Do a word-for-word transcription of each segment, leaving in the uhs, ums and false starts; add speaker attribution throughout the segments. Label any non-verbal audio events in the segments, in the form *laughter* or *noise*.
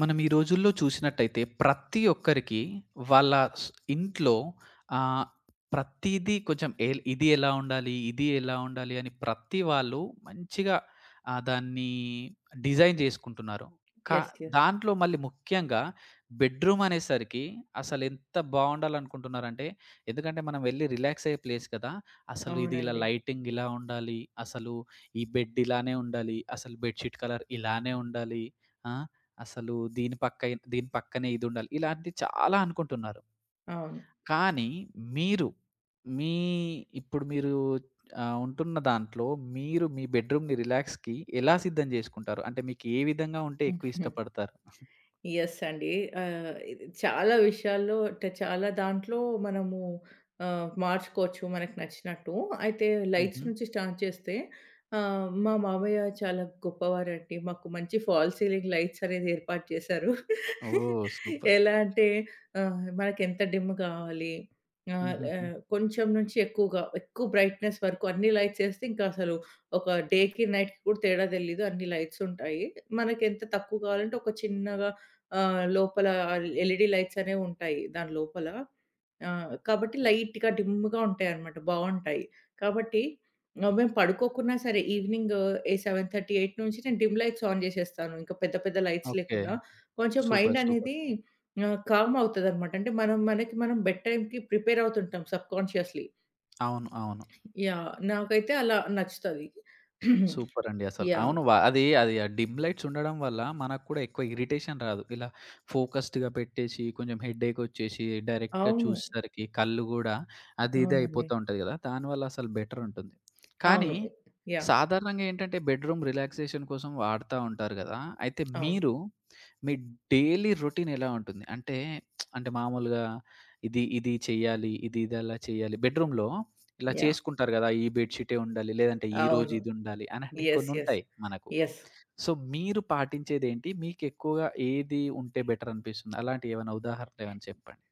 Speaker 1: మనం ఈ రోజుల్లో చూసినట్టయితే ప్రతి ఒక్కరికి వాళ్ళ స్- ఇంట్లో ఆ, ప్రతిదీ కొంచెం ఏ ఇది ఎలా ఉండాలి ఇది ఎలా ఉండాలి అని ప్రతి వాళ్ళు మంచిగా ఆ, దాన్ని డిజైన్ చేసుకుంటున్నారు. కా
Speaker 2: యెస్. యెస్.
Speaker 1: దాంట్లో మళ్ళీ ముఖ్యంగా బెడ్రూమ్ అనేసరికి అసలు ఎంత బాగుండాలనుకుంటున్నారంటే, ఎందుకంటే మనం వెళ్ళి రిలాక్స్ అయ్యే ప్లేస్ కదా. అసలు ఇది ఇలా
Speaker 2: అవునండి.
Speaker 1: లైటింగ్ ఇలా ఉండాలి, అసలు ఈ బెడ్ ఇలానే ఉండాలి, అసలు బెడ్షీట్ కలర్ ఇలానే ఉండాలి, అసలు దీని పక్కై దీని పక్కనే ఇదుండాలి. ఇలాంటివి చాలా అనుకుంటున్నారు.
Speaker 2: అవును.
Speaker 1: కానీ మీరు, మీ ఇప్పుడు మీరు ఆహ్, ఉంటున్న దాంట్లో మీరు మీ బెడ్‌రూమ్‌ని రిలాక్స్‌కి ఎలా సిద్ధం జేసుకుంటారు? అంటే మీకు ఏ విధంగా ఉంటే ఎక్కువ
Speaker 2: *laughs*
Speaker 1: ఇష్టపడతారు?
Speaker 2: యెస్ అండి. ఆహ్, ఇది చాలా విషయాల్లో అంటే చాలా దాంట్లో మనము ఆహ్, మార్చుకోవచ్చు మనకు నచ్చినట్టు. అయితే లైట్స్
Speaker 1: హుహు.
Speaker 2: నుంచి స్టార్ట్ చేస్తే ఆహ్, మా మామయ్య చాలా గొప్పవారండి. మాకు మంచి ఫాల్ సీలింగ్ లైట్స్ అనేది ఏర్పాటు చేశారు. *laughs*
Speaker 1: ఓహ్! సూపర్.
Speaker 2: ఎలా అంటే ఆహ్, మనకెంత డిమ్ కావాలి ఆహ్,
Speaker 1: హుహుహు.
Speaker 2: ఆహ్, కొంచెం నుంచి ఎక్కువగా ఎక్కువ బ్రైట్‌నెస్ వరకు అన్ని లైట్స్ ఏస్తే ఇంకా అసలు ఒక డేకి, నైట్‌కి కూడా తేడా తెలీదు. అన్ని లైట్స్ ఉంటాయి. మనకెంత తక్కువ కావాలంటే ఒక చిన్నగా ఆహ్, లోపల ఎల్‌ఈడీ లైట్స్ అనేవుంటాయి దాని లోపల. ఆహ్, కాబట్టి లైట్‌గా డిమ్‌గా ఉంటాయన్నమాట బావుంటాయి. కాబట్టి ఆహ్, మేము పడుకోకున్నా సరే ఈవినింగ్ ఏ ఏడు ముప్పై, ఎనిమిది నుంచి నేను డిమ్ లైట్స్ ఆన్ జేసేస్తాను. ఇంకా పెద్ద పెద్ద లైట్స్
Speaker 1: ఓకే.
Speaker 2: లేకుండా. కొంచెం మైండ్
Speaker 1: సూపర్. సూపర్.
Speaker 2: అనేది ఆహ్, కామ్ అవుతదన్నమాట. అంటే మనం మనకి మనం బెడ్ టైమ్‌కి ప్రిపేర్ అవుతుంటాం సబ్‌కాన్షియస్‌లీ.
Speaker 1: అవును. అవును.
Speaker 2: యాహ్! నాకైతే అలా నచ్చుతది.
Speaker 1: సూపర్ అండి అసలు.
Speaker 2: యాహ్!
Speaker 1: అవును. వ అది అది ఆ డిమ్ లైట్స్ ఉండడం వల్ల మనకు కూడా ఎక్కువ ఇరిటేషన్ రాదు. ఇలా ఫోకస్డ్‌గా పెట్టేసి కొంచెం హెడ్‌ఏక్ వచ్చేసి డైరెక్ట్‌గా
Speaker 2: అవును.
Speaker 1: చూసేసరికి కళ్ళు గూడా అది ఇది
Speaker 2: అవునండి.
Speaker 1: అయిపోతా ఉంటది గదా! దానివల్ల అసలు బెటర్ ఉంటుంది. కానీ
Speaker 2: అవును. యాహ్!
Speaker 1: సాధారణంగా ఏంటంటే బెడ్‌రూమ్ రిలాక్సేషన్ కోసం వాడతా ఉంటారు గదా! అయితే
Speaker 2: అవును.
Speaker 1: మీరు మీ డైలీ రొటీన్ ఎలా ఉంటుంది? అంటే, అంటే మామూలుగా ఇది ఇది చేయాలి, ఇది ఇది అలా చేయాలి బెడ్‌రూమ్‌లో ఇలా
Speaker 2: యాహ్!
Speaker 1: చేసుకుంటారు గదా! ఈ బెడ్ షీటే ఉండాలి. లేదంటే ఈరోజు
Speaker 2: అవును.
Speaker 1: ఇదుండాలి అనంటే
Speaker 2: యెస్. యెస్.
Speaker 1: కొన్నుంటాయి మనకు.
Speaker 2: యెస్.
Speaker 1: సో, మీరు పాటించేదేంటి? మీకెక్కువగా ఏది ఉంటే బెటరనిపిస్తుంది? అలాంటియి ఏమైనా ఉదాహరణలేమైనా చెప్పండి.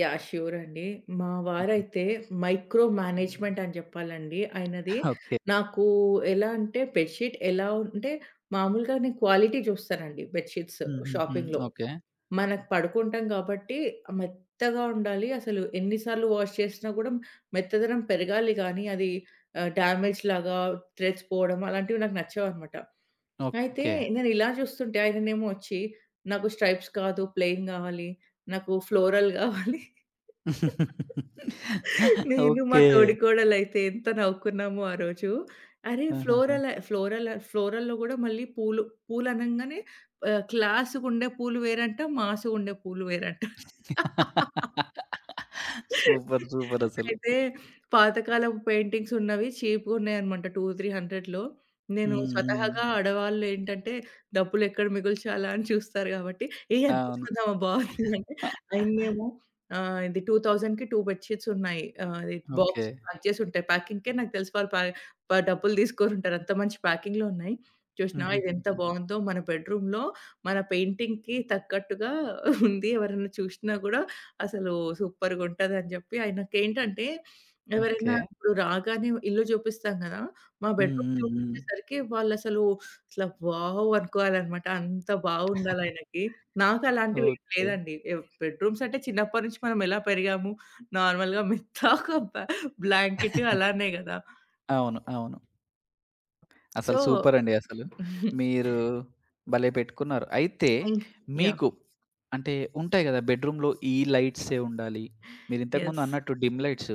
Speaker 2: యాహ్! ష్యూర్ అండి. మా
Speaker 1: హుహు.
Speaker 2: వారైతే మైక్రో మేనేజ్‌మెంట్ అని జెప్పాలండి. ఆయనది
Speaker 1: ఓకే.
Speaker 2: నాకు ఎలా అంటే బెడ్‌షీట్ ఎలా ఉంటే మామూలుగా నేను క్వాలిటీ జూస్తానండి బెడ్‌షీట్స్
Speaker 1: హుహుహు.
Speaker 2: షాపింగ్‌లో.
Speaker 1: ఓకే.
Speaker 2: మనకు పడుకుంటాం గాబట్టి మెత్తగా ఉండాలి. అసలు ఎన్ని సార్లు వాష్ చేసినా గూడా మెత్తదనం పెరగాలి గానీ అది ఆహ్, డ్యామేజ్ లాగా థ్రెడ్స్ పోవడం అలాంటివి నాకు నచ్చవన్నమాట. అయితే
Speaker 1: ఓకే.
Speaker 2: నేను ఇలా చూస్తుంటే ఆయననేమో వచ్చి, "నాకు స్ట్రైప్స్ కాదు, ప్లెయిన్ గావాలి. నాకు ఫ్లోరల్ గావాలి." నేను మా
Speaker 1: ఓకే.
Speaker 2: తోడికోడలైతే ఎంత నవ్వుకున్నామో ఆ రోజు. అరే!
Speaker 1: ఆహాహా!
Speaker 2: ఫ్లోరల్ ఫ్లోరల్ ఫ్లోరల్‌లో గూడా మళ్ళీ పూలు పూలనంగానే ఆహ్, క్లాస్‌గుండే పూలు వేరంట, మాసుగుండే పూలు వేరంట.
Speaker 1: సూపర్. *laughs* సూపరసలు.
Speaker 2: అయితే పాతకాలపు పెయింటింగ్స్ ఉన్నవి చీప్‌గున్నాయన్నమాట రెండు, మూడు వందల్లో. నేను
Speaker 1: హ్మ్. హ్మ్.
Speaker 2: స్వతహాగా ఆడవాళ్ళు ఏంటంటే డబ్బులు ఎక్కడ మిగుల్చాలా అని చూస్తారు కాబట్టి, "ఏయ్! అది
Speaker 1: అవును.
Speaker 2: తీసుకుందామా బావుంది" అంటే ఆయన్నేమో ఆహ్, ఇది రెండు వేలకి రెండు బెడ్ షీట్స్ ఉన్నాయి. ఆహ్, అది
Speaker 1: ఓకే.
Speaker 2: బాక్స్ ప్యాక్ చేసి ఉంటాయి. ప్యాకింగ్‌కే నాకు తెలిసి వాళ్ళు ప ప డబ్బులు తీసుకోనుంటారు. అంత మంచి ప్యాకింగ్‌లో ఉన్నాయి. చూసినావా ఇదెంత
Speaker 1: హుహుహుహు.
Speaker 2: బావుందో మన బెడ్‌రూమ్‌లో మన పెయింటింగ్‌కి తగ్గట్టుగా ఉంది. ఎవరైనా చూసినా కూడా అసలు సూపర్‌గుంటదని జెప్పి ఆయనకేంటంటే, ఎవరైనా
Speaker 1: ఓకే.
Speaker 2: ఇప్పుడు రాగానే ఇల్లు జూపిస్తాం గదా! మా
Speaker 1: హ్మ్.
Speaker 2: బెడ్‌రూమ్
Speaker 1: హ్మ్. హ్మ్.
Speaker 2: చూపించేసరికి వాళ్ళసలు ఇట్లా వావ్! అనుకోవాలనమాట. అంత బావుండాలాయనకి. నాకలాంటివేం
Speaker 1: ఓకే.
Speaker 2: లేదండి. ఎవ్ బెడ్‌రూమ్స్ అంటే చిన్నప్పటి నుంచి మనం ఎలా పెరిగాము, నార్మల్‌గా మెత్త ఒక బ బ్లాంకెట్
Speaker 1: *laughs*
Speaker 2: అలానే గదా!
Speaker 1: అవును. అవును. అసలు
Speaker 2: సో,
Speaker 1: సూపరండి అసలు. మీరు భలే పెట్టుకున్నారు. అయితే
Speaker 2: ఇంక్ యాహ్!
Speaker 1: మీకు అంటే ఉంటాయి గదా! బెడ్‌రూమ్‌లో ఈ లైట్సే ఉండాలి. మీరింతకుముందు
Speaker 2: యెస్.
Speaker 1: అన్నట్టు డిమ్ లైట్స్.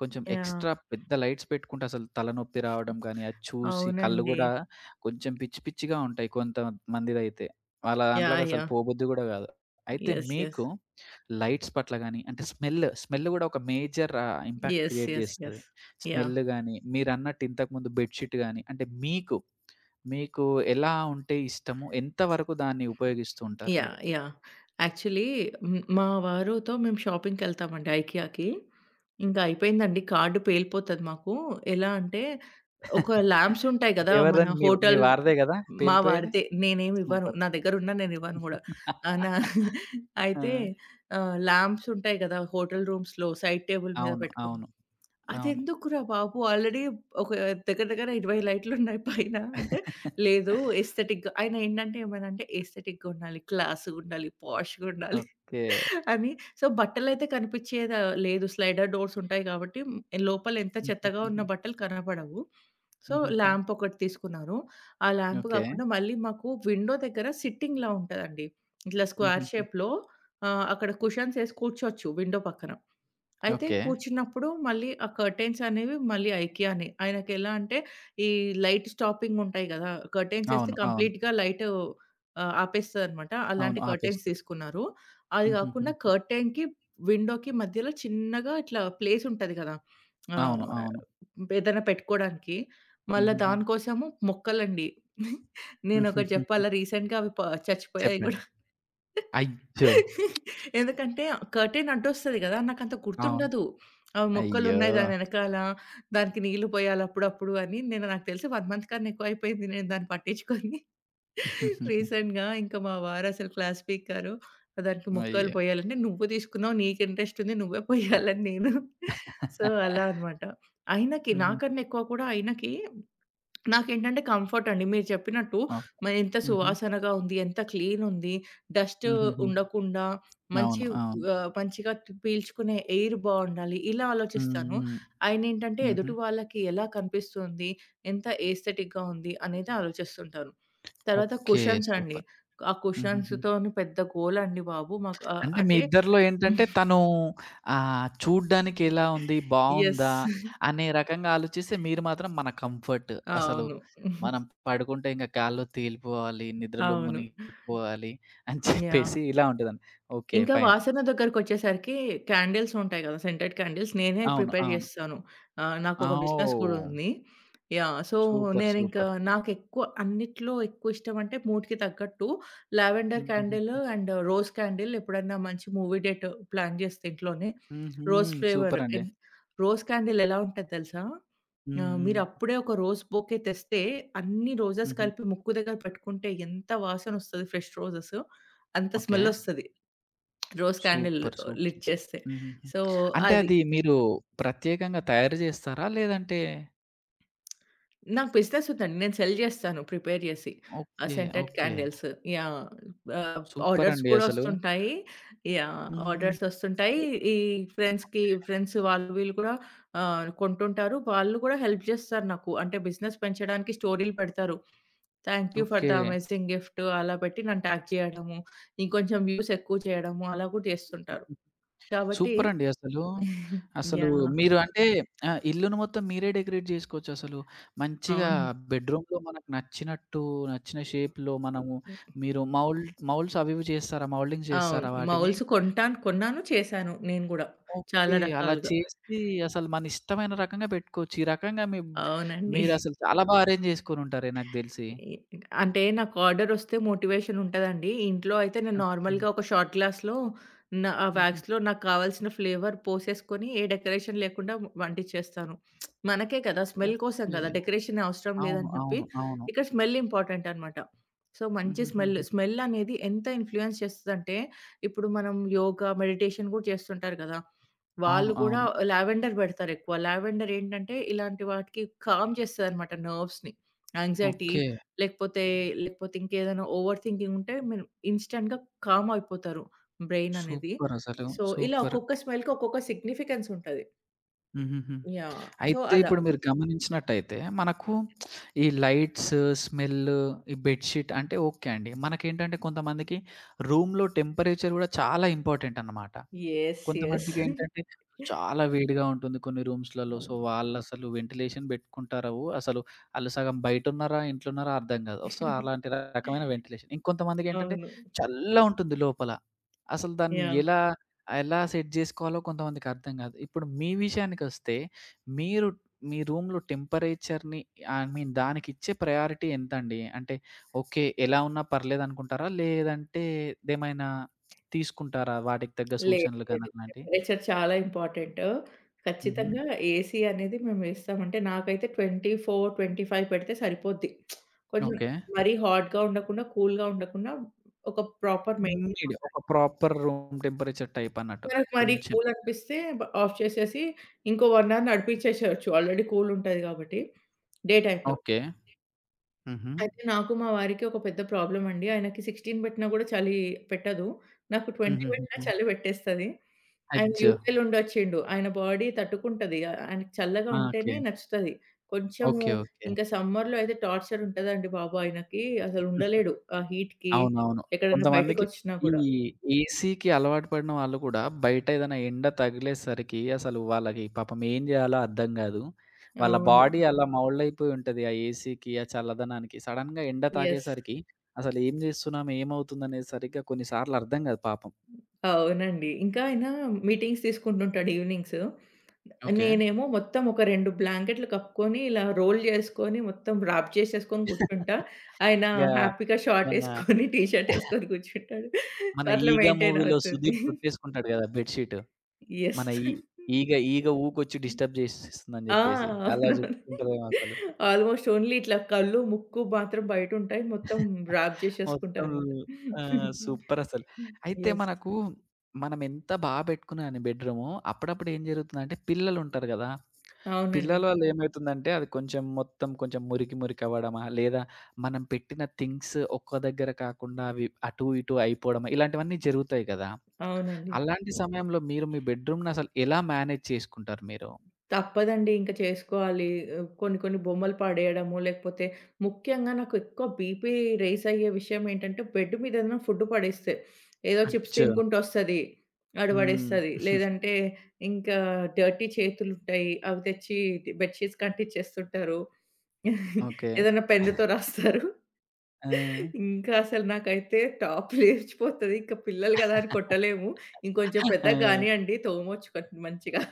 Speaker 1: కొంచెం
Speaker 2: యాహ్!
Speaker 1: ఎక్స్‌ట్రా పెద్ద లైట్స్ పెట్టుకుంటే అసలు తలనొప్పి రావడం గానీ, అది చూసి కళ్ళు
Speaker 2: అవునండి.
Speaker 1: గూడా కొంచెం పిచ్చి పిచ్చిగా ఉంటాయి కొంతమందిదైతే. వాళ్ళ దాంట్లోకి
Speaker 2: యాహ్!
Speaker 1: అసలు
Speaker 2: యాహ్!
Speaker 1: పోబుద్ది గూడా గాదు. అయితే
Speaker 2: యెస్. యెస్.
Speaker 1: మీకు లైట్స్ పట్ల గానీ, అంటే స్మెల్, స్మెల్ గూడా ఒక major ah, impact
Speaker 2: yes.
Speaker 1: Create
Speaker 2: yes.
Speaker 1: జేస్తది.
Speaker 2: యెస్. యాహ్!
Speaker 1: స్మెల్ గాని, మీరన్నట్టు ఇంతకుముందు బెడ్‌షీట్ గాని, అంటే మీకు, మీకు ఎలా ఉంటే ఇష్టము? ఎంత వరకు దాన్ని ఉపయోగిస్తూ ఉంటారు
Speaker 2: యాహ్!
Speaker 1: మీరు?
Speaker 2: యాహ్! యాక్చువల్లీ హ్మ్. మా వారుతో మేము షాపింగ్‌కెళ్తామండి ఐకియాకి. ఇంక అయిపోయిందండి. కార్డ్ పేలిపోతది మాకు. ఎలా అంటే ఒక లాంప్స్ ఉంటాయి గదా! మన
Speaker 1: ఎవరిదండి? మీ మీ
Speaker 2: హోటల్
Speaker 1: వారిదే గదా!
Speaker 2: మా
Speaker 1: పేలిపోయేది?
Speaker 2: వాడితే. నేనేమి ఇవ్వను.
Speaker 1: సూపర్.
Speaker 2: నా దగ్గరున్నా నేనివ్వను గూడా. ఆహ్, నా *laughs*
Speaker 1: ఆ!
Speaker 2: అయితే ఆహ్, లాంప్స్ ఉంటాయి గదా! హోటల్ రూమ్స్‌లో సైడ్ టేబుల్ మీద
Speaker 1: అవును.
Speaker 2: పెట్టుకుని.
Speaker 1: అవును. అవును.
Speaker 2: అదెందుకురా బాబు! ఆల్రెడీ ఒక దగ్గర దగ్గర ఇరవై లైట్లున్నాయి పైన అంటే, లేదు ఎస్థెటిక్‌గా ఆయన ఏంటంటే ఏమనంటే ఎస్థెటిక్‌గా ఉండాలి, క్లాస్‌గుండాలి, పాష్‌గుండాలి
Speaker 1: ఓకే.
Speaker 2: *laughs* అని. సో, బట్టలైతే కనిపిచ్చేదా లేదు. స్లైడర్ డోర్స్ ఉంటాయి కాబట్టి మ్, లోపల ఎంత చెత్తగా
Speaker 1: హుహుహుహు.
Speaker 2: ఉన్న బట్టలు కనపడవు. సో,
Speaker 1: హుహుహు.
Speaker 2: ల్యాంప్ ఒకటి తీసుకున్నారు. ఆ ల్యాంప్
Speaker 1: ఓకే.
Speaker 2: కాకుండా మళ్ళీ మాకు విండో దగ్గర సిట్టింగ్‌లా ఉంటదండి. ఇట్లా స్క్వేర్
Speaker 1: హుహుహు.
Speaker 2: షేప్‌లో ఆహ్, అక్కడ కుషన్స్ ఏసి కూర్చోవచ్చు విండో పక్కన. అయితే
Speaker 1: ఓకే.
Speaker 2: కూర్చున్నప్పుడు మళ్ళీ ఆ కర్టెన్స్ అనేవి మళ్ళీ ఐకియానే. ఆయనకెలా అంటే ఈ లైట్ స్టాపింగ్ ఉంటాయి గదా! కర్టెన్స్ ఏస్తే
Speaker 1: అవును. అవును.
Speaker 2: కంప్లీట్‌గా లైటు ఆహ్, ఆపేస్తదనమాట.
Speaker 1: అవును.
Speaker 2: అలాంటి కర్టెన్స్
Speaker 1: ఆపేస్తది.
Speaker 2: తీసుకున్నారు. అది
Speaker 1: హుహుహు.
Speaker 2: గాకుండా కర్టెన్‌కి, విండోకి మధ్యలో చిన్నగా ఇట్లా ప్లేస్ ఉంటది గదా!
Speaker 1: అవును.
Speaker 2: ఆహ్,
Speaker 1: అవును.
Speaker 2: ఏదైనా పెట్టుకోడానికి. మళ్ళా
Speaker 1: హుహుహు.
Speaker 2: దానికోసము మొక్కలండి. నేనొకటి
Speaker 1: హుహుహుహు.
Speaker 2: జెప్పాలా రీసెంట్‌గా అవి ప చచ్చిపోయాయి
Speaker 1: చెప్పండి.
Speaker 2: గూడా.
Speaker 1: అయ్యో!
Speaker 2: ఎందుకంటే కర్టెన్ అడ్డొస్తది గదా! నాకంత
Speaker 1: అవును.
Speaker 2: గుర్తుండదు. ఆహ్,
Speaker 1: అయ్యో!
Speaker 2: మొక్కలున్నాయి దాని ఎనకాల, దానికి నీళ్లు పోయాలి అప్పుడప్పుడు అని నేను నాకు తెలిసి ఒక మంత్ కన్నా ఎక్కువైపోయింది నేను దాన్ని పట్టించుకొని. రీసెంట్‌గా ఇంకా మా వారసలు క్లాస్ పీకారు. దానికి మొక్కలు
Speaker 1: అయ్యో!
Speaker 2: పోయాలంటే, "నువ్వు తీసుకున్నావు, నీకు ఇంట్రెస్ట్ ఉంది, నువ్వే పోయాలని" నేను. సో, అలా అన్నమాట. ఆయనకి
Speaker 1: హుహు.
Speaker 2: నాకన్నా ఎక్కువ కూడా ఆయనకి నాకేంటంటే కంఫర్ట్ అండి. మీరు చెప్పినట్టు
Speaker 1: ఓకే.
Speaker 2: మ ఎంత
Speaker 1: హుహు.
Speaker 2: సువాసనగా ఉంది, ఎంత క్లీన్ ఉంది, డస్ట్
Speaker 1: హుహుహు.
Speaker 2: ఉండకుండా
Speaker 1: అవును.
Speaker 2: మంచి
Speaker 1: అవును.
Speaker 2: ఆహ్, మంచిగా తి- పీల్చుకునే ఎయిర్ బావుండాలి. ఇలా
Speaker 1: హ్మ్.
Speaker 2: ఆలోచిస్తాను.
Speaker 1: హ్మ్.
Speaker 2: ఆయనేంటంటే
Speaker 1: హుహు.
Speaker 2: ఎదుటి వాళ్ళకి ఎలా కనిపిస్తుంది, ఎంత ఎస్థెటిక్‌గా ఉంది అనేది ఆలోచిస్తుంటాను. తర్వాత
Speaker 1: ఓకే.
Speaker 2: కుషన్స్ అండి.
Speaker 1: సూపర్.
Speaker 2: ఆ
Speaker 1: హుహుహు.
Speaker 2: కుషన్స్‌తోని పెద్ద గోల అండి బాబు మాకు. ఆహ్,
Speaker 1: అంటే మీ
Speaker 2: అంటే యెస్.
Speaker 1: ఇద్దరిలో ఏంటంటే తను ఆహ్, చూడ్డానికి ఎలా ఉంది? బావుందా?
Speaker 2: *laughs*
Speaker 1: అనే రకంగా ఆలోచిస్తే మీరు మాత్రం మన కంఫర్ట్. అసలు
Speaker 2: అవును.
Speaker 1: మనం పడుకుంటే ఇంక గాల్లో తేలిపోవాలి, నిద్రలో
Speaker 2: అవును.
Speaker 1: మునిగిపోవాలి అని
Speaker 2: యాహ్!
Speaker 1: చెప్పేసి ఇలా ఉంటదని. ఓకే.
Speaker 2: ఇంకా
Speaker 1: ఫైన్.
Speaker 2: వాసన దగ్గరకొచ్చేసరికి క్యాండిల్స్ ఉంటాయి గదా! సెంటెడ్ క్యాండిల్స్ నేనే
Speaker 1: అవును.
Speaker 2: ప్రిపేర్
Speaker 1: అవును.
Speaker 2: జేస్తాను. ఆహ్,
Speaker 1: ఆ!
Speaker 2: నాకొక బిజినెస్ గూడా
Speaker 1: ఓహ్!
Speaker 2: ఉంది. యాహ్! So,
Speaker 1: super.
Speaker 2: నేనింకా
Speaker 1: సూపర్.
Speaker 2: నాకెక్కువ అన్నిట్లో ఎక్కువ ఇష్టమంటే మూడ్‌కి తగ్గట్టు లావెండర్ క్యాండిల్
Speaker 1: హుహుహు.
Speaker 2: అండ్ రోజ్ క్యాండిల్ ఎప్పుడన్నా మంచి మూవీ డేట్ ప్లాన్ జేస్తే ఇంట్లోనే
Speaker 1: హుహు.
Speaker 2: రోజ్ ఫ్లేవర్
Speaker 1: సూపరండి.
Speaker 2: ఎన్ రోజ్ క్యాండిల్ ఎలా ఉంటది తెలుసా?
Speaker 1: హ్మ్.
Speaker 2: ఆహ్,
Speaker 1: హ్మ్.
Speaker 2: మీరప్పుడే ఒక రోజ్ బొకే తెస్తే అన్ని రోజెస్
Speaker 1: హుహు.
Speaker 2: కలిపి ముక్కు దగ్గర పెట్టుకుంటే ఎంత వాసనొస్తది ఫ్రెష్ రోజెస్ అంత
Speaker 1: ఓకే.
Speaker 2: స్మెల్లొస్తది. Rose candle
Speaker 1: super. Super.
Speaker 2: Lit చేస్తే.
Speaker 1: హుహుహు.
Speaker 2: సో,
Speaker 1: అంటే
Speaker 2: అది.
Speaker 1: అది మీరు ప్రత్యేకంగా తయారు జేస్తారా? లేదంటే
Speaker 2: నాకు బిజినెస్ ఉందండి. నేను సెల్ చేస్తాను ప్రిపేర్ చేసి. ఆ
Speaker 1: okay.
Speaker 2: Scented
Speaker 1: okay.
Speaker 2: Candles. Yeah! Ah, orders
Speaker 1: సూపరండి
Speaker 2: కూడా
Speaker 1: అసలు.
Speaker 2: వస్తుంటాయి. యాహ్!
Speaker 1: హుహుహు.
Speaker 2: ఆర్డర్స్ వస్తుంటాయి. ఈ ఫ్రెండ్స్‌కి ఫ్రెండ్స్ వాళ్ళు వీళ్ళు కూడా ఆహ్, కొంటుంటారు. వాళ్ళు కూడా హెల్ప్ చేస్తారు నాకు. అంటే బిజినెస్ పెంచడానికి స్టోరీలు పెడతారు. Thank you for
Speaker 1: okay.
Speaker 2: The amazing gift అలా పెట్టి నన్ను ట్యాగ్ చేయడము. ఇంకొంచెం వ్యూస్ ఎక్కువ చేయడము అలా కూడా చేస్తుంటారు. కాబట్టి
Speaker 1: సూపరండి అసలు.
Speaker 2: *laughs*
Speaker 1: అసలు
Speaker 2: యాహ్!
Speaker 1: మీరు అంటే ఆహ్, ఇల్లును మొత్తం మీరే డెకరేట్ జేసుకోవచ్చసలు. మంచిగా
Speaker 2: అవును.
Speaker 1: బెడ్‌రూమ్‌లో మనకు నచ్చినట్టు, నచ్చిన షేప్‌లో మనము మీరు మౌల్డ్ మౌల్డ్స్ అవి ఇవి చేస్తారా? మౌల్డింగ్స్
Speaker 2: అవును.
Speaker 1: చేస్తారా వాటిని?
Speaker 2: మౌల్స్ కొంటాను కొన్నాను, చేశాను నేను గూడా.
Speaker 1: ఓకే.
Speaker 2: చాలా
Speaker 1: అలా
Speaker 2: రకాలుగా.
Speaker 1: చేసి అసలు మన ఇష్టమైన రకంగా పెట్టుకోవచ్చు. ఈ రకంగా మీ
Speaker 2: అవునండి.
Speaker 1: మీరసలు చాలా బా అరేంజ్ చేసుకొనుంటారే నాకు తెలిసి.
Speaker 2: ఇ అంటే నాకు ఆర్డరొస్తే మోటివేషన్ ఉంటదండి. ఇంట్లో అయితే నేను
Speaker 1: ఓకే.
Speaker 2: నార్మల్‌గా ఒక షార్ట్ గ్లాస్‌లో నా ఆ
Speaker 1: హుహు.
Speaker 2: వ్యాక్స్‌లో నాకు కావాల్సిన ఫ్లేవర్ పోసేసుకొని ఏ డెకరేషన్ లేకుండా వంటిచ్చేస్తాను. మనకే కదా! స్మెల్ కోసం
Speaker 1: ఓకే.
Speaker 2: కదా! డెకరేషన్ అవసరం
Speaker 1: అవును.
Speaker 2: లేదని చెప్పి
Speaker 1: అవును. అవును.
Speaker 2: ఇక్కడ స్మెల్ ఇంపార్టెంట్ అనమాట. సో, మంచి స్మెల్,
Speaker 1: హుహుహుహు.
Speaker 2: స్మెల్ అనేది ఎంత ఇన్‌ఫ్లూయెన్స్ చేస్తదంటే ఇప్పుడు మనం యోగా, మెడిటేషన్ కూడా చేస్తుంటారు కదా!
Speaker 1: అవును.
Speaker 2: వాళ్ళు కూడా
Speaker 1: అవును.
Speaker 2: లావెండర్ పెడతారెక్కువ. లావెండర్ ఏంటంటే ఇలాంటి వాటికి కామ్ చేస్తదనమాట నర్వ్స్‌ని. Anxiety
Speaker 1: okay.
Speaker 2: లేకపోతే, లేకపోతే ఇంకేదైనా ఓవర్ థింకింగ్ ఉంటే మీరు ఇన్‌స్టాంట్‌గా కామ్ అయిపోతారు బ్రెయిన్ అనేది.
Speaker 1: సూపర్ అసలు.
Speaker 2: సో, ఇలా
Speaker 1: సూపర్.
Speaker 2: ఒక్కొక్క స్మెల్‌కి ఒక్కొక్క సిగ్నిఫికెన్స్ ఉంటది.
Speaker 1: హుహుహు.
Speaker 2: యాహ్! సో,
Speaker 1: అయితే
Speaker 2: అలా.
Speaker 1: ఇప్పుడు మీరు గమనించినట్టయితే మనకు ఈ లైట్స్, స్మెల్, ఈ బెడ్‌షీట్ అంటే ఓకే అండి. మనకేంటంటే కొంతమందికి రూమ్‌లో టెంపరేచర్ గూడా చాలా ఇంపార్టెంట్ అన్నమాట.
Speaker 2: యెస్. యెస్.
Speaker 1: కొంతమందికేంటంటే చాలా వేడిగా ఉంటుంది కొన్ని రూమ్స్‌లలో. సో, వాళ్ళసలు వెంటిలేషన్ బెట్టుకుంటారో అసలు ఆళ్ళు సగం బయటున్నారా? ఇంట్లున్నారా? అర్థం గాదు. సో, అలాంటి రకమైన వెంటిలేషన్. ఇంకొంతమందికేంటంటే
Speaker 2: అవును.
Speaker 1: చల్లగుంటుంది లోపల. అసలు దాన్ని
Speaker 2: యాహ్!
Speaker 1: ఎలా, ఎలా సెట్ జేసుకోవాలో కొంతమందికి అర్థం గాదు. ఇప్పుడు మీ విషయానికొస్తే మీరు మీ రూమ్‌లో టెంపరేచర్‌ని ఐ మీన్ దానికిచ్చే ప్రయారిటీ ఎంతండి? అంటే ఓకే. ఎలా ఉన్నా పర్లేదనుకుంటారా? లేదంటే దేమైనా తీసుకుంటారా? వాటికి తగ్గ
Speaker 2: లేదు.
Speaker 1: సూచనలు గాని
Speaker 2: లేదు.
Speaker 1: అట్లాంటియి?
Speaker 2: టెంపరేచర్ చాలా ఇంపార్టెంట్.
Speaker 1: హుహు.
Speaker 2: ఖచ్చితంగా ఏసీ అనేది మేము వేస్తామంటే నాకైతే ఇరవై నాలుగు, ఇరవై ఐదు పెడితే సరిపోద్ది. కొంచెం
Speaker 1: ఓకే.
Speaker 2: మరీ హాట్‌గా ఉండకుండా, కూల్‌గా ఉండకుండా ఒక ప్రాపర్ మెయింటైన్
Speaker 1: నీడ్. ఒక ప్రాపర్ రూమ్ టెంపరేచర్ టైప్ అన్నట్టు.
Speaker 2: మనకు మరీ
Speaker 1: కొంచెం.
Speaker 2: కూల్ అనిపిస్తే బ ఆఫ్ చేసేసి ఇంకో ఒక అవర్ నడిపించేసేయొచ్చు. ఆల్రెడీ కూల్ ఉంటది కాబట్టి డే టైమ్‌లో.
Speaker 1: ఓకే. హుహు.
Speaker 2: అయితే నాకు మా వారికి ఒక పెద్ద ప్రాబ్లమ్ అండి. ఆయనకి పదహారు పెట్టినా కూడా చలి పెట్టదు. నాకు ఇరవై పెట్టినా
Speaker 1: హుహుహుహు.
Speaker 2: చలి పెట్టేస్తది. ఆయన
Speaker 1: అజ్జో!
Speaker 2: యూకేలో ఉండొచ్చిండు. ఆయన బాడీ తట్టుకుంటది. ఆహ్, ఆయనకి చల్లగా
Speaker 1: ఆ! ఓకే.
Speaker 2: ఉంటేనే నచ్చుతది. కొంచెము
Speaker 1: ఓకే. ఓకే.
Speaker 2: ఇంకా సమ్మర్‌లో అయితే టార్చర్ ఉంటదండి బాబు ఆయనకి. అసలు ఉండలేడు. ఆ హీట్‌కి
Speaker 1: అవునవును.
Speaker 2: ఎక్కడైనా
Speaker 1: కొంతమందికి
Speaker 2: బయటికొచ్చినా
Speaker 1: ఈ
Speaker 2: కూడా.
Speaker 1: ఏసీకి అలవాటు పడిన వాళ్ళు కూడా బయట ఏదైనా ఎండ తగిలేసరికి అసలు వాళ్ళకి పాపం ఏం జేయాలో అర్థం గాదు. వాళ్ళ
Speaker 2: అవును.
Speaker 1: బాడీ అలా మౌల్డ్ అయిపోయి ఉంటది. ఆ ఏసీకి, ఆ చల్లదనానికి. సడెన్‌గా ఎండ
Speaker 2: యెస్.
Speaker 1: తాగేసరికి అసలు ఏం జేస్తున్నాం? ఏమవుతుందనేది సరిగ్గా కొన్ని సార్లు అర్థం గాదు పాపం.
Speaker 2: అవునండి. ఇంకా ఆయన మీటింగ్స్ తీసుకుంటుంటాడు ఈవినింగ్స్.
Speaker 1: ఓకే.
Speaker 2: నేనేమో మొత్తం ఒక రెండు బ్లాంకెట్లు కప్పుకొని ఇలా రోల్ చేసుకొని మొత్తం ర్యాప్ చేసేసుకొని కూర్చుంటా. ఆయన
Speaker 1: ఇగా
Speaker 2: హ్యాపీగా షార్ట్
Speaker 1: మన
Speaker 2: ఏసుకొని టీ షర్ట్ ఏసుకొని కూర్చుంటాడు.
Speaker 1: మన
Speaker 2: అట్లా
Speaker 1: 'ఈగ'
Speaker 2: మెయింటైన్
Speaker 1: మూవీలో
Speaker 2: అవుతుంది.
Speaker 1: సుదీప్ చుట్టేసుకుంటాడు గదా! Bed sheet.
Speaker 2: యెస్.
Speaker 1: మన ఈ ఈగ ఈగ ఊకొచ్చి డిస్టర్బ్ జేసేస్తుందని
Speaker 2: ఆ!
Speaker 1: జెప్పేసి. అలా
Speaker 2: అవునవును.
Speaker 1: జుట్టుకుంటదేమో అసలు.
Speaker 2: ఆల్‌మోస్ట్ ఓన్లీ ఇట్లా కళ్ళు, ముక్కు మాత్రం బయటుంటాయి. మొత్తం ర్యాప్ చేసేసుకుంటా
Speaker 1: మొత్తం
Speaker 2: అనమాట.
Speaker 1: ఆ! సూపరసలు. అయితే
Speaker 2: యెస్.
Speaker 1: మనకు మనమెంత బా పెట్టుకున్నా అని బెడ్‌రూము, అప్పుడప్పుడు ఏం జరుగుతుందంటే పిల్లలుంటారు గదా!
Speaker 2: అవునండి.
Speaker 1: పిల్లల వల్ల ఏమైతుందంటే అది కొంచెం మొత్తం కొంచెం మురికి మురికి అవ్వడమా, లేదా మనం పెట్టిన థింగ్స్ ఒక్క దగ్గర కాకుండా అవి అటు ఇటు అయిపోవడమా, ఇలాంటివన్నీ జరుగుతాయి గదా!
Speaker 2: అవునండి.
Speaker 1: అలాంటి సమయంలో మీరు మీ బెడ్‌రూమ్‌నసలు ఎలా మేనేజ్ చేసుకుంటారు మీరు?
Speaker 2: తప్పదండి. ఇంక చేసుకోవాలి. ఆహ్, కొన్ని కొన్ని బొమ్మలు పడేయడము, లేకపోతే ముఖ్యంగా నాకెక్కువ బీపీ రైజ్ అయ్యే విషయం ఏంటంటే, బెడ్ మీద ఏదైనా ఫుడ్ పడేస్తే. ఏదో చిప్స్
Speaker 1: అచ్చో!
Speaker 2: తినుకుంటూ ఒస్తది. ఆడు
Speaker 1: హ్మ్.
Speaker 2: పడేస్తది. లేదంటే ఇంకా డర్టీ చేతులుంటాయి. అవి తెచ్చి బెడ్ షీట్స్‌కి అంటిచ్చేస్తుంటారు. *laughs*
Speaker 1: ఓకే.
Speaker 2: ఏదైనా పెన్నుతో రాస్తారు.
Speaker 1: ఆ!
Speaker 2: ఇంకా అసలు నాకైతే టాప్ లేచిపోతది. ఇంక పిల్లలు గదా అని
Speaker 1: *laughs*
Speaker 2: కొట్టలేము. ఇంకొంచెం
Speaker 1: ఆ!
Speaker 2: పెద్దగా గానియండి తోమొచ్చు మంచిగా.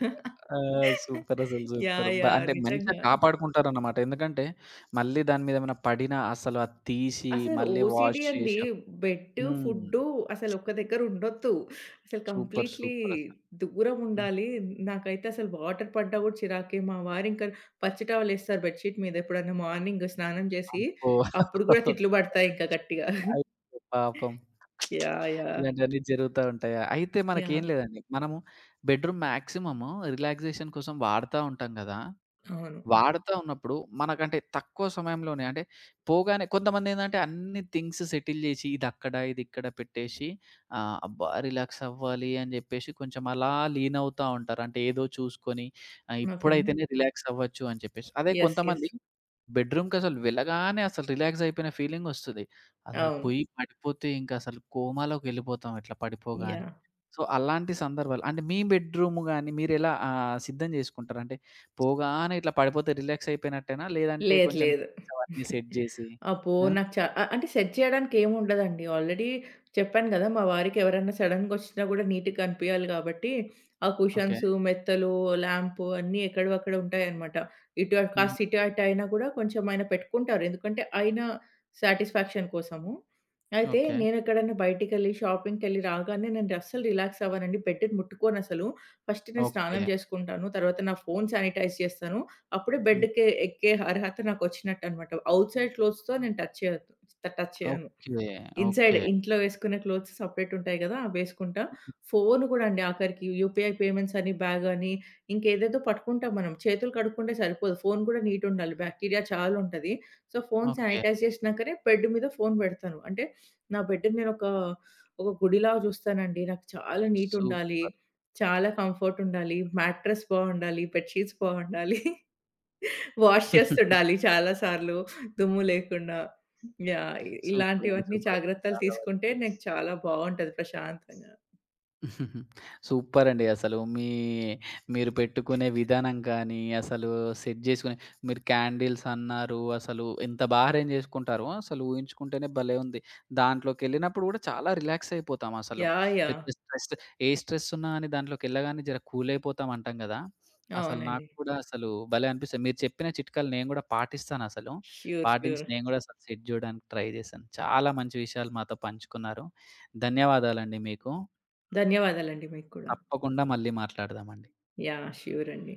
Speaker 1: ఆ! సూపర్ అసలు సూపర్.
Speaker 2: యాహ్!
Speaker 1: బ
Speaker 2: యాహ్!
Speaker 1: అంటే మంచిగా
Speaker 2: నిజంగా.
Speaker 1: కాపాడుకుంటారన్నమాట. ఎందుకంటే మళ్ళీ దాని మీద ఏమైనా పడినా అసలు అది తీసి
Speaker 2: అసలు
Speaker 1: మళ్ళీ
Speaker 2: ఓసీడీ
Speaker 1: వాష్
Speaker 2: అండి.
Speaker 1: చేసి
Speaker 2: బెడ్,
Speaker 1: హ్మ్.
Speaker 2: ఫుడ్డు అసలు ఒక్క దగ్గర ఉండొద్దు. అసలు
Speaker 1: సూపర్.
Speaker 2: కంప్లీట్‌లీ
Speaker 1: సూపర్ అసలు.
Speaker 2: దూరం
Speaker 1: హ్మ్.
Speaker 2: ఉండాలి. నాకైతే అసలు వాటర్ పడ్డా గూడా చిరాకే. మా వారింకా పచ్చి టవలేస్తారు బెడ్‌షీట్ మీద ఎప్పుడన్నా మార్నింగ్ స్నానం చేసి.
Speaker 1: అబ్బో!
Speaker 2: అప్పుడు గూడా తిట్లు పడతాయి ఇంకా గట్టిగా.
Speaker 1: అయ్యో! పాపం.
Speaker 2: యాహ్! యాహ్!
Speaker 1: ఇలాంటివన్నీ జరుగుతా ఉంటాయి. అయితే
Speaker 2: యాహ్!
Speaker 1: మనకేం లేదండి. మనము బెడ్‌రూమ్ మాక్సిమము రిలాక్సేషన్ కోసం వాడతా ఉంటాం గదా!
Speaker 2: అవును.
Speaker 1: వాడతా ఉన్నప్పుడు మనకంటే తక్కువ సమయంలోనే అంటే పోగానే కొంతమందేందంటే అన్ని థింగ్స్ సెటిల్ జేసి ఇదక్కడ, ఇదిక్కడ పెట్టేసి ఆహ్, అబ్బా! రిలాక్స్ అవ్వాలి అని జెప్పేసి కొంచెం అలా లీనవుతా ఉంటారు. అంటే ఏదో చూసుకొని ఆహ్,
Speaker 2: ఓకే.
Speaker 1: ఇప్పుడైతేనే రిలాక్స్ అవ్వచ్చు అని చెప్పేసి. అదే
Speaker 2: యెస్. యెస్.
Speaker 1: కొంతమంది బెడ్‌రూమ్‌కసలు వెళ్ళగానే అసలు రిలాక్స్ అయిపోయిన ఫీలింగొస్తది. అసలు
Speaker 2: అవును.
Speaker 1: పొయ్యి పడిపోతే ఇంకసలు కోమాలోకెళ్ళిపోతాం ఇట్లా పడిపోగానే.
Speaker 2: యాహ్!
Speaker 1: సో, అలాంటి సందర్భాలు అంటే మీ బెడ్‌రూమ్ గాని మీరెలా ఆహ్, సిద్ధం జేసుకుంటారు? అంటే పోగానే ఇట్లా పడిపోతే రిలాక్స్ అయిపోయినట్టేనా? లేదంటే
Speaker 2: లేదు.
Speaker 1: కొంచెం
Speaker 2: లేదు.
Speaker 1: థింగ్స్ అవన్నీ సెట్ జేసి
Speaker 2: అబ్బో!
Speaker 1: ఆ!
Speaker 2: నాకు చ అ అంటే సెట్ చేయడానికి ఏముండదండి. ఆల్రెడీ చెప్పాను గదా! మా వారికి ఎవరన్నా సడెన్‌గొచ్చినా గూడా నీట్‌గా కనిపియాలి గాబట్టి, ఆ
Speaker 1: ఓకే.
Speaker 2: కుషన్స్, మెత్తలు, ల్యాంప్ అన్నీ ఎక్కడివి అక్కడ ఉంటాయన్నమాట. ఇటు అటు
Speaker 1: హుహు.
Speaker 2: కాస్త ఇటు అటు అయినా గూడా కొంచెం ఆయన పెట్టుకుంటారు. ఎందుకంటే ఆయన సాటిస్ఫాక్షన్ కోసము. అయితే
Speaker 1: ఓకే.
Speaker 2: నేనెక్కడన్నా బయటికెళ్ళి, షాపింగ్‌కెళ్ళి రాగానే నేను అస్సలు రిలాక్స్ అవ్వనండి. బెడ్‌ని ముట్టుకోనసలు. ఫస్ట్ నేను
Speaker 1: ఓకే.
Speaker 2: స్నానం జేసుకుంటాను. తర్వాత నా ఫోను శానిటైజ్ చేస్తాను. అప్పుడే
Speaker 1: హ్మ్.
Speaker 2: బెడ్‌కి ఎక్కే అర్హత నాకొచ్చినట్టనమాట. ఔట్‌సైడ్ క్లోత్స్‌తో నేను టచ్ చేయొద్దు. టచ్ చేయను.
Speaker 1: ఓకే.
Speaker 2: Inside
Speaker 1: okay.
Speaker 2: ఇంట్లో వేసుకునే క్లోత్స్ సెపరేట్ ఉంటాయి గదా! అవి వేసుకుంటా. ఫోను గూడా అండి ఆఖరికి యూపీఐ పేమెంట్స్ అని, బ్యాగ్ అని ఇంకేదేదో పట్టుకుంటాం మనం. చేతులు కడుక్కుంటే సరిపోదు. ఫోను గూడా నీటుండాలి. బ్యాక్టీరియా చాలా ఉంటది. So, phone
Speaker 1: okay.
Speaker 2: శానిటైజ్ చేసినాకనే బెడ్ మీద ఫోను బెడతాను. అంటే నా బెడ్‌ని నేనొక ఒక ఒక గుడిలాగా చూస్తానండి. నాకు చాలా నీటుండాలి.
Speaker 1: సూపర్.
Speaker 2: చాలా కంఫర్టుండాలి. మ్యాట్రెస్ బావుండాలి. బెడ్ షీట్స్ బావుండాలి. వాష్
Speaker 1: *laughs*
Speaker 2: చేస్తుండాలి చాలా సార్లు దుమ్ము లేకుండా. యాహ్! ఇ
Speaker 1: సూపరండి.
Speaker 2: ఇలాంటివన్నీ
Speaker 1: సూపరసలు.
Speaker 2: జాగ్రత్తలు
Speaker 1: చాలా
Speaker 2: తీసుకుంటే నాకు చాలా బావుంటది ప్రశాంతంగా.
Speaker 1: *laughs* సూపర్ అండి. అసలు మీ మీరు పెట్టుకునే విధానం కానీ, అసలు సెట్ చేసుకునే మీరు క్యాండిల్స్ అన్నారు. అసలు ఎంత బా అరేంజ్ చేసుకుంటారో అసలు ఊహించుకుంటేనే భలే ఉంది. దాంట్లోకెళ్ళినప్పుడు కూడా చాలా రిలాక్స్ అయిపోతాం అసలు.
Speaker 2: యాహ్! యాహ్!
Speaker 1: పెద్ద స్ట్రెస్ ఏ స్ట్రెస్ ఉన్నా అని దాంట్లోకెళ్ళగానే జర కూల్ అయిపోతాం అంటాం గదా! అసలు నాకు
Speaker 2: అవునండి.
Speaker 1: కూడా అసలు భలే అనిపిస్తాయి. మీరు చెప్పిన చిట్కాలు నేను గూడా పాటిస్తానసలు.
Speaker 2: ష్యూర్.
Speaker 1: పాటించి
Speaker 2: ష్యూర్.
Speaker 1: నేను గూడా అసలు సెట్ జేయడానికి ట్రై జేశాను. చాలా మంచి విషయాలు మాతో పంచుకున్నారు. ధన్యవాదాలండి మీకు.
Speaker 2: ధన్యవాదాలండి మీకు కూడా.
Speaker 1: తప్పకుండా మళ్ళీ మాట్లాడదామండి.
Speaker 2: యాహ్! ష్యూర్ అండి.